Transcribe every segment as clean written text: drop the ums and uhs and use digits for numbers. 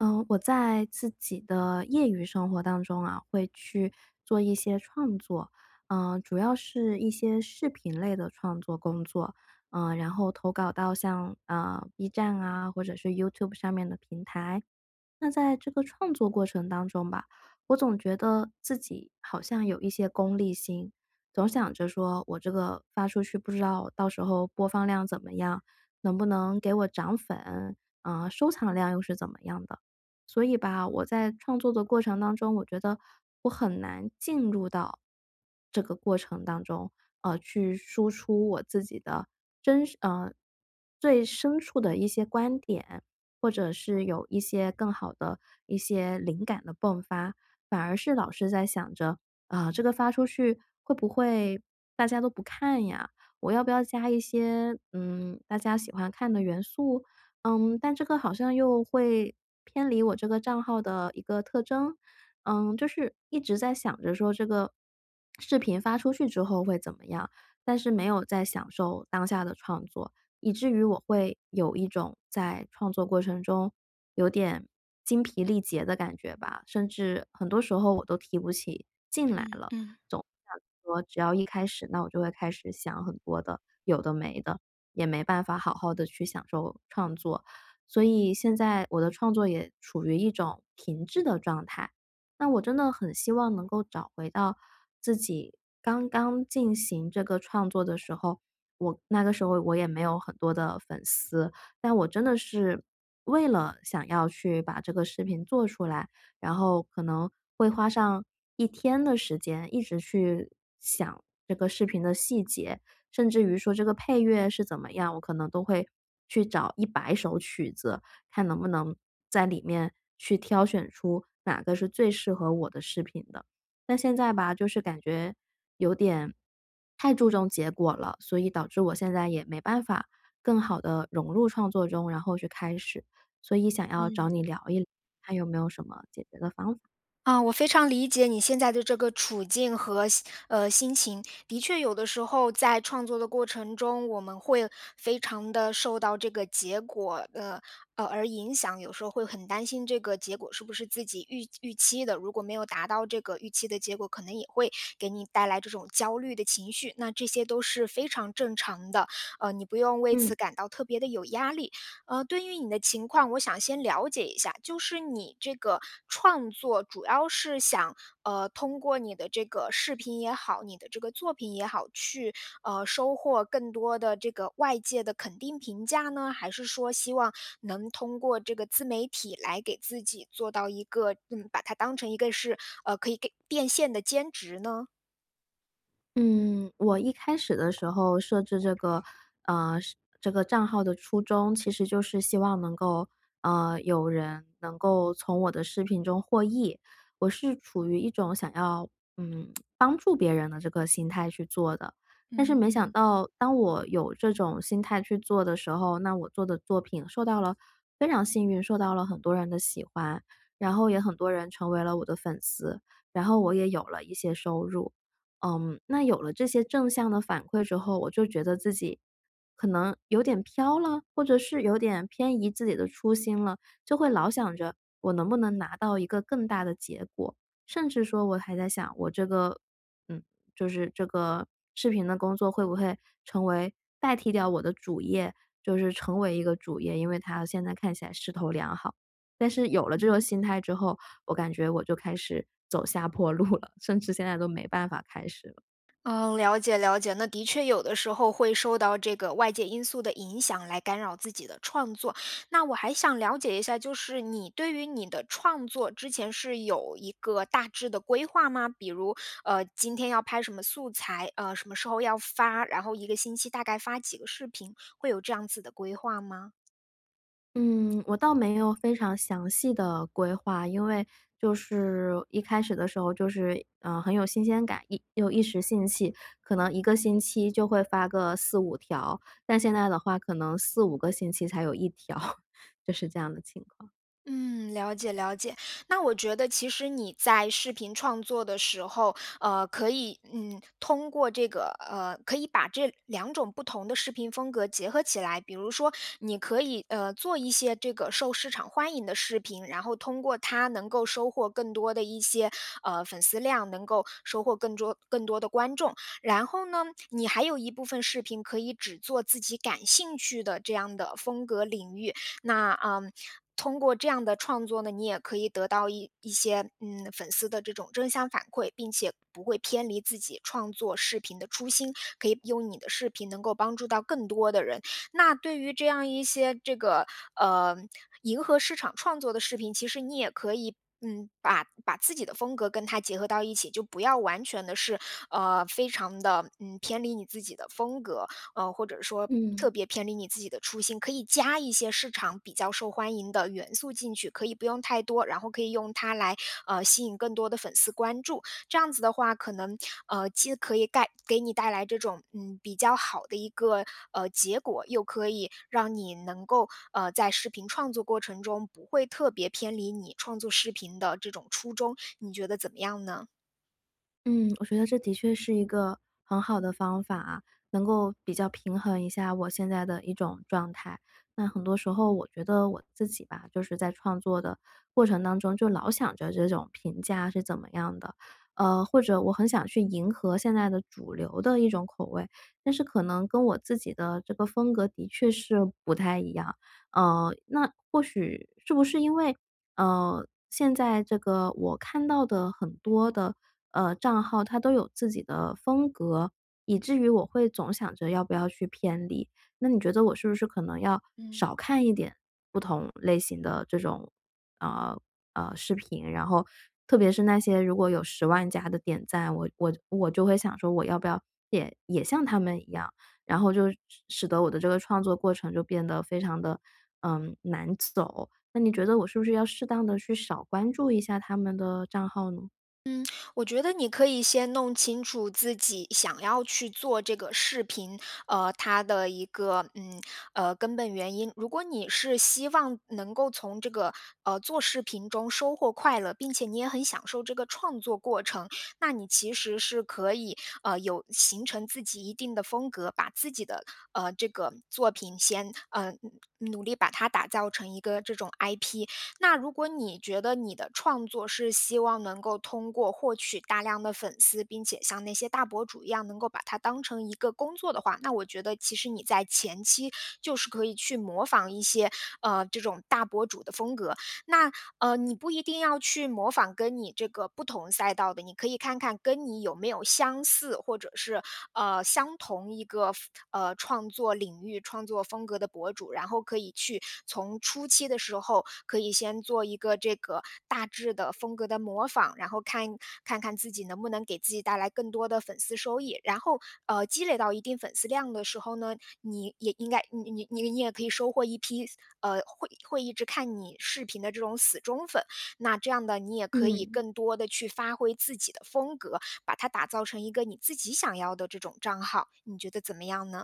嗯，我在自己的业余生活当中啊，会去做一些创作。主要是一些视频类的创作工作。然后投稿到像B 站啊，或者是 YouTube 上面的平台。那在这个创作过程当中吧，我总觉得自己好像有一些功利心，总想着说我这个发出去不知道到时候播放量怎么样，能不能给我涨粉，啊、收藏量又是怎么样的。所以吧，我在创作的过程当中，我觉得我很难进入到这个过程当中，去输出我自己的真实最深处的一些观点，或者是有一些更好的一些灵感的迸发，反而是老是在想着，啊，这个发出去会不会大家都不看呀？我要不要加一些，大家喜欢看的元素？但这个好像又会偏离我这个账号的一个特征。就是一直在想着说这个视频发出去之后会怎么样，但是没有在享受当下的创作，以至于我会有一种在创作过程中有点精疲力竭的感觉吧，甚至很多时候我都提不起劲来嗯了。嗯总想说只要一开始，那我就会开始想很多的有的没的。也没办法好好的去享受创作。所以现在我的创作也处于一种停滞的状态。那我真的很希望能够找回到自己刚刚进行这个创作的时候，我那个时候我也没有很多的粉丝，但我真的是为了想要去把这个视频做出来，然后可能会花上一天的时间，一直去想这个视频的细节，甚至于说这个配乐是怎么样，我可能都会去找100首曲子，看能不能在里面去挑选出哪个是最适合我的视频的。但现在吧，就是感觉有点太注重结果了，所以导致我现在也没办法更好的融入创作中，然后去开始，所以想要找嗯，你聊一聊，看有没有什么解决的方法。我非常理解你现在的这个处境和心情。的确，有的时候在创作的过程中，我们会非常的受到这个结果的影响，有时候会很担心这个结果是不是自己预期的，如果没有达到这个预期的结果，可能也会给你带来这种焦虑的情绪。那这些都是非常正常的，你不用为嗯。此感到特别的有压力。对于你的情况，我想先了解一下，就是你这个创作主要是想，通过你的这个视频也好，你的这个作品也好，去收获更多的这个外界的肯定评价呢，还是说希望能通过这个自媒体来给自己做到一个，把它当成一个是可以给变现的兼职呢？嗯，我一开始的时候设置这个，是这个账号的初衷，其实就是希望能够，有人能够从我的视频中获益。我是处于一种想要，帮助别人的这个心态去做的。但是嗯没想嗯到，当我有这种心态去做的时候，那我做的作品受到了非常幸运，受到了很多人的喜欢，然后也很多人成为了我的粉丝，然后我也有了一些收入。那有了这些正向的反馈之后，我就觉得自己可能有点飘了，或者是有点偏移自己的初心了，就会老想着我能不能拿到一个更大的结果，甚至说我还在想我这个，嗯，就是这个视频的工作会不会成为代替掉我的主业，就是成为一个主业，因为它现在看起来势头良好。但是有了这个嗯。心态之后，我感觉我就开始走下坡路了，甚至现在都没办法开始了。嗯，了解了解。那的确有的时候会受到这个外界因素的影响来干扰自己的创作。那我还想了解一下，就是你对于你的创作之前是有一个大致的规划吗？比如，今天要拍什么素材，什么时候要发，然后一个星期大概发几个视频，会有这样子的规划吗？嗯，我倒没有非常详细的规划，因为就是一开始的时候就是，很有新鲜感，一时兴起，可能一个星期就会发个四五条，但现在的话可能四五个星期才有一条，就是这样的情况。嗯，了解了解。那我觉得其实你在视频创作的时候，可以，通过这个，可以把这两种不同的视频风格结合起来。比如说，你可以，做一些这个受市场欢迎的视频，然后通过它能够收获更多的一些，粉丝量，能够收获更多更多的观众。然后呢，你还有一部分视频可以只做自己感兴趣的这样的风格领域。那通过这样的创作呢，你也可以得到一些粉丝的这种正向反馈，并且不会偏离自己创作视频的初心，可以用你的视频能够帮助到更多的人。那对于这样一些这个呃迎合市场创作的视频，其实你也可以。嗯，把自己的风格跟它结合到一起，就不要完全的是，非常的偏离你自己的风格，或者说嗯。特别偏离你自己的初心，可以加一些市场比较受欢迎的元素进去，可以不用太多，然后可以用它来吸引更多的粉丝关注。这样子的话，可能既可以带给你这种比较好的一个结果，又可以让你能够在视频创作过程中不会特别偏离你创作视频的这种初衷。你觉得怎么样呢？嗯，我觉得这的确是一个很好的方法啊，能够比较平衡一下我现在的一种状态。那很多时候我觉得我自己吧，就是在创作的过程当中，就老想着这种评价是怎么样的，或者我很想去迎合现在的主流的一种口味，但是可能跟我自己的这个风格的确是不太一样。那或许是不是因为现在这个我看到的很多的，账号它都有自己的风格，以至于我会总想着要不要去偏离。那你觉得我是不是可能要嗯，少看一点不同类型的这种，呃，视频，然后特别是那些如果有10万+的点赞，我就会想说我要不要也像他们一样，然后就使得我的这个创作过程就变得非常的难走。那你觉得我是不是要适当的去少关注一下他们的账号呢？嗯，我觉得你可以先弄清楚自己想要去做这个视频，它的一个根本原因。如果你是希望能够从这个做视频中收获快乐，并且你也很享受这个创作过程，那你其实是可以有形成自己一定的风格，把自己的这个作品先努力把它打造成一个这种 IP，那如果你觉得你的创作是希望能够通过获取大量的粉丝，并且像那些大博主一样能够把它当成一个工作的话，那我觉得其实你在前期就是可以去模仿一些这种大博主的风格，那，你不一定要去模仿跟你这个不同赛道的，你可以看看跟你有没有相似或者是，相同一个创作领域、创作风格的博主，然后可以去从初期的时候，可以先做一个这个大致的风格的模仿，然后看看自己能不能给自己带来更多的粉丝收益。然后，积累到一定粉丝量的时候呢，你也应该你你你你也可以收获一批，会一直看你视频的这种死忠粉。那这样的你也可以嗯。更多的去发挥自己的风格，把它打造成一个你自己想要的这种账号，你觉得怎么样呢？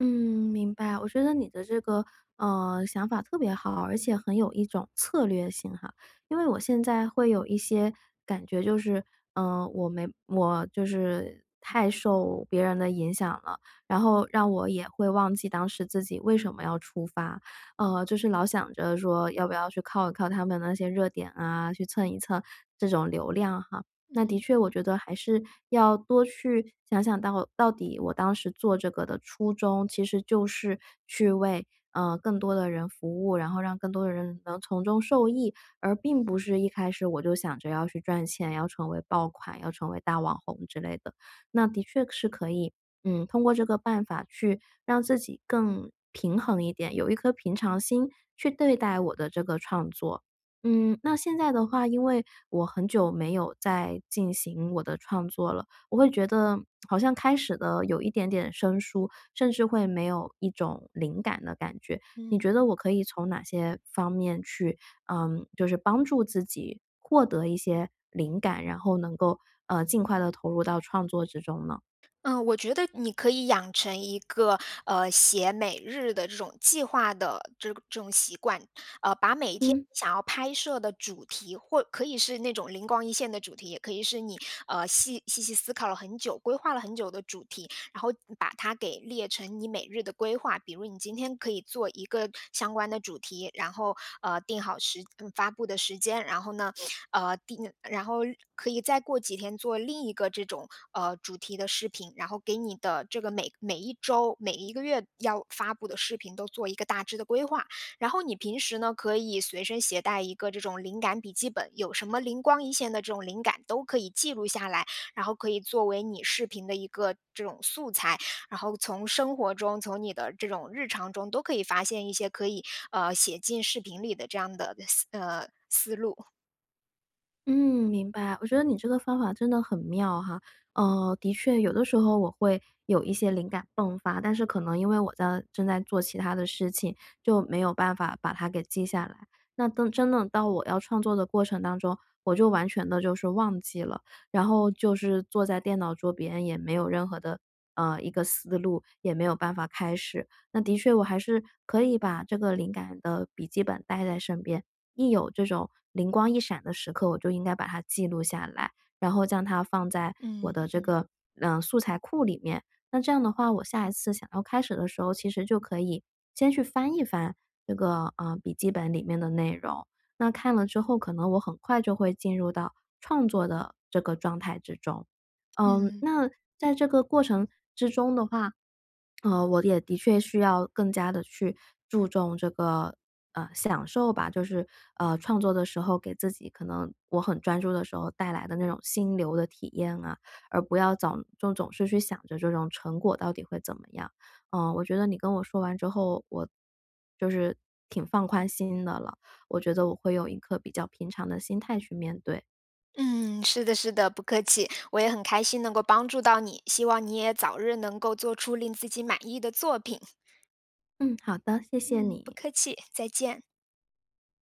嗯，明白。我觉得你的这个，想法特别好，而且很有一种策略性哈。因为我现在会有一些感觉就是，嗯，呃我没我就是太受别人的影响了，然后让我也会忘记当时自己为什么要出发。就是老想着说要不要去靠一靠他们那些热点啊，去蹭一蹭这种流量哈。那的嗯确我觉得还是要多去想想到底我当时做这个的初衷，其实就是去为，更多的人服务，然后让更多的人能从中受益，而并不是一开始我就想着要去赚钱，要成为爆款，要成为大网红之类的。那的确是可以，通过这个办法去让自己更平衡一点，有一颗平常心去对待我的这个创作。那现在的话，因为我很久没有在进行我的创作了，我会觉得好像开始的有一点点生疏，甚至会没有一种灵感的感觉。你嗯。觉得我可以从哪些方面去，就是帮助自己获得一些灵感，然后能够尽快的投入到创作之中呢？嗯，我觉得你可以养成一个写每日的这种计划的这种习惯，把每一天嗯。想要拍摄的主题，或可以是那种灵光一现的主题，也可以是你细细思考了很久、规划了很久的主题，然后把它给列成你每日的规划。比如你今天可以做一个相关的主题，然后定好发布的时间，然后呢呃，第然后可以再过几天做另一个这种主题的视频，然后给你的这个每一周、每一个月要发布的视频都做一个大致的规划。然后你平时呢，可以随身携带一个这种灵感笔记本，有什么灵光一现的这种灵感都可以记录下来，然后可以作为你视频的一个这种素材。然后从生活中，从你的这种日常中，都可以发现一些可以写进视频里的这样的思路。嗯，明白。我觉得你这个方法真的很妙哈。的确，有的时候我会有一些灵感迸发，但是可能因为我在正在做其他的事情，就没有办法把它给记下来。那等真的到我要创作的过程当中，我就完全的就是忘记了，然后就是坐在电脑桌边，也没有任何的一个思路，也没有办法开始。那的确，我还是可以把这个灵感的笔记本带在身边。一有这种灵光一闪的时刻，我就应该把它记录下来，然后将它放在我嗯的这嗯个素材库里面。那这样的话，我下一次想要开始的时候，其实就可以先去翻一翻这个笔记本里面的内容。那看了之后，可能我很快就会进入到创作的这个状态之中。嗯那在这个过程之中的话，我也的确需要更加的去注重这个，享受吧，就是，创作的时候给自己可能我很专注的时候带来的那种心流的体验啊，而不要总是去想着这种成果到底会怎么样。我觉得你跟我说完之后，我就是挺放宽心的了，我觉得我会有一颗比较平常的心态去面对。嗯，是的，是的，不客气，我也很开心能够帮助到你，希望你也早日能够做出令自己满意的作品。嗯，好的，谢谢嗯，不你。客气，再见。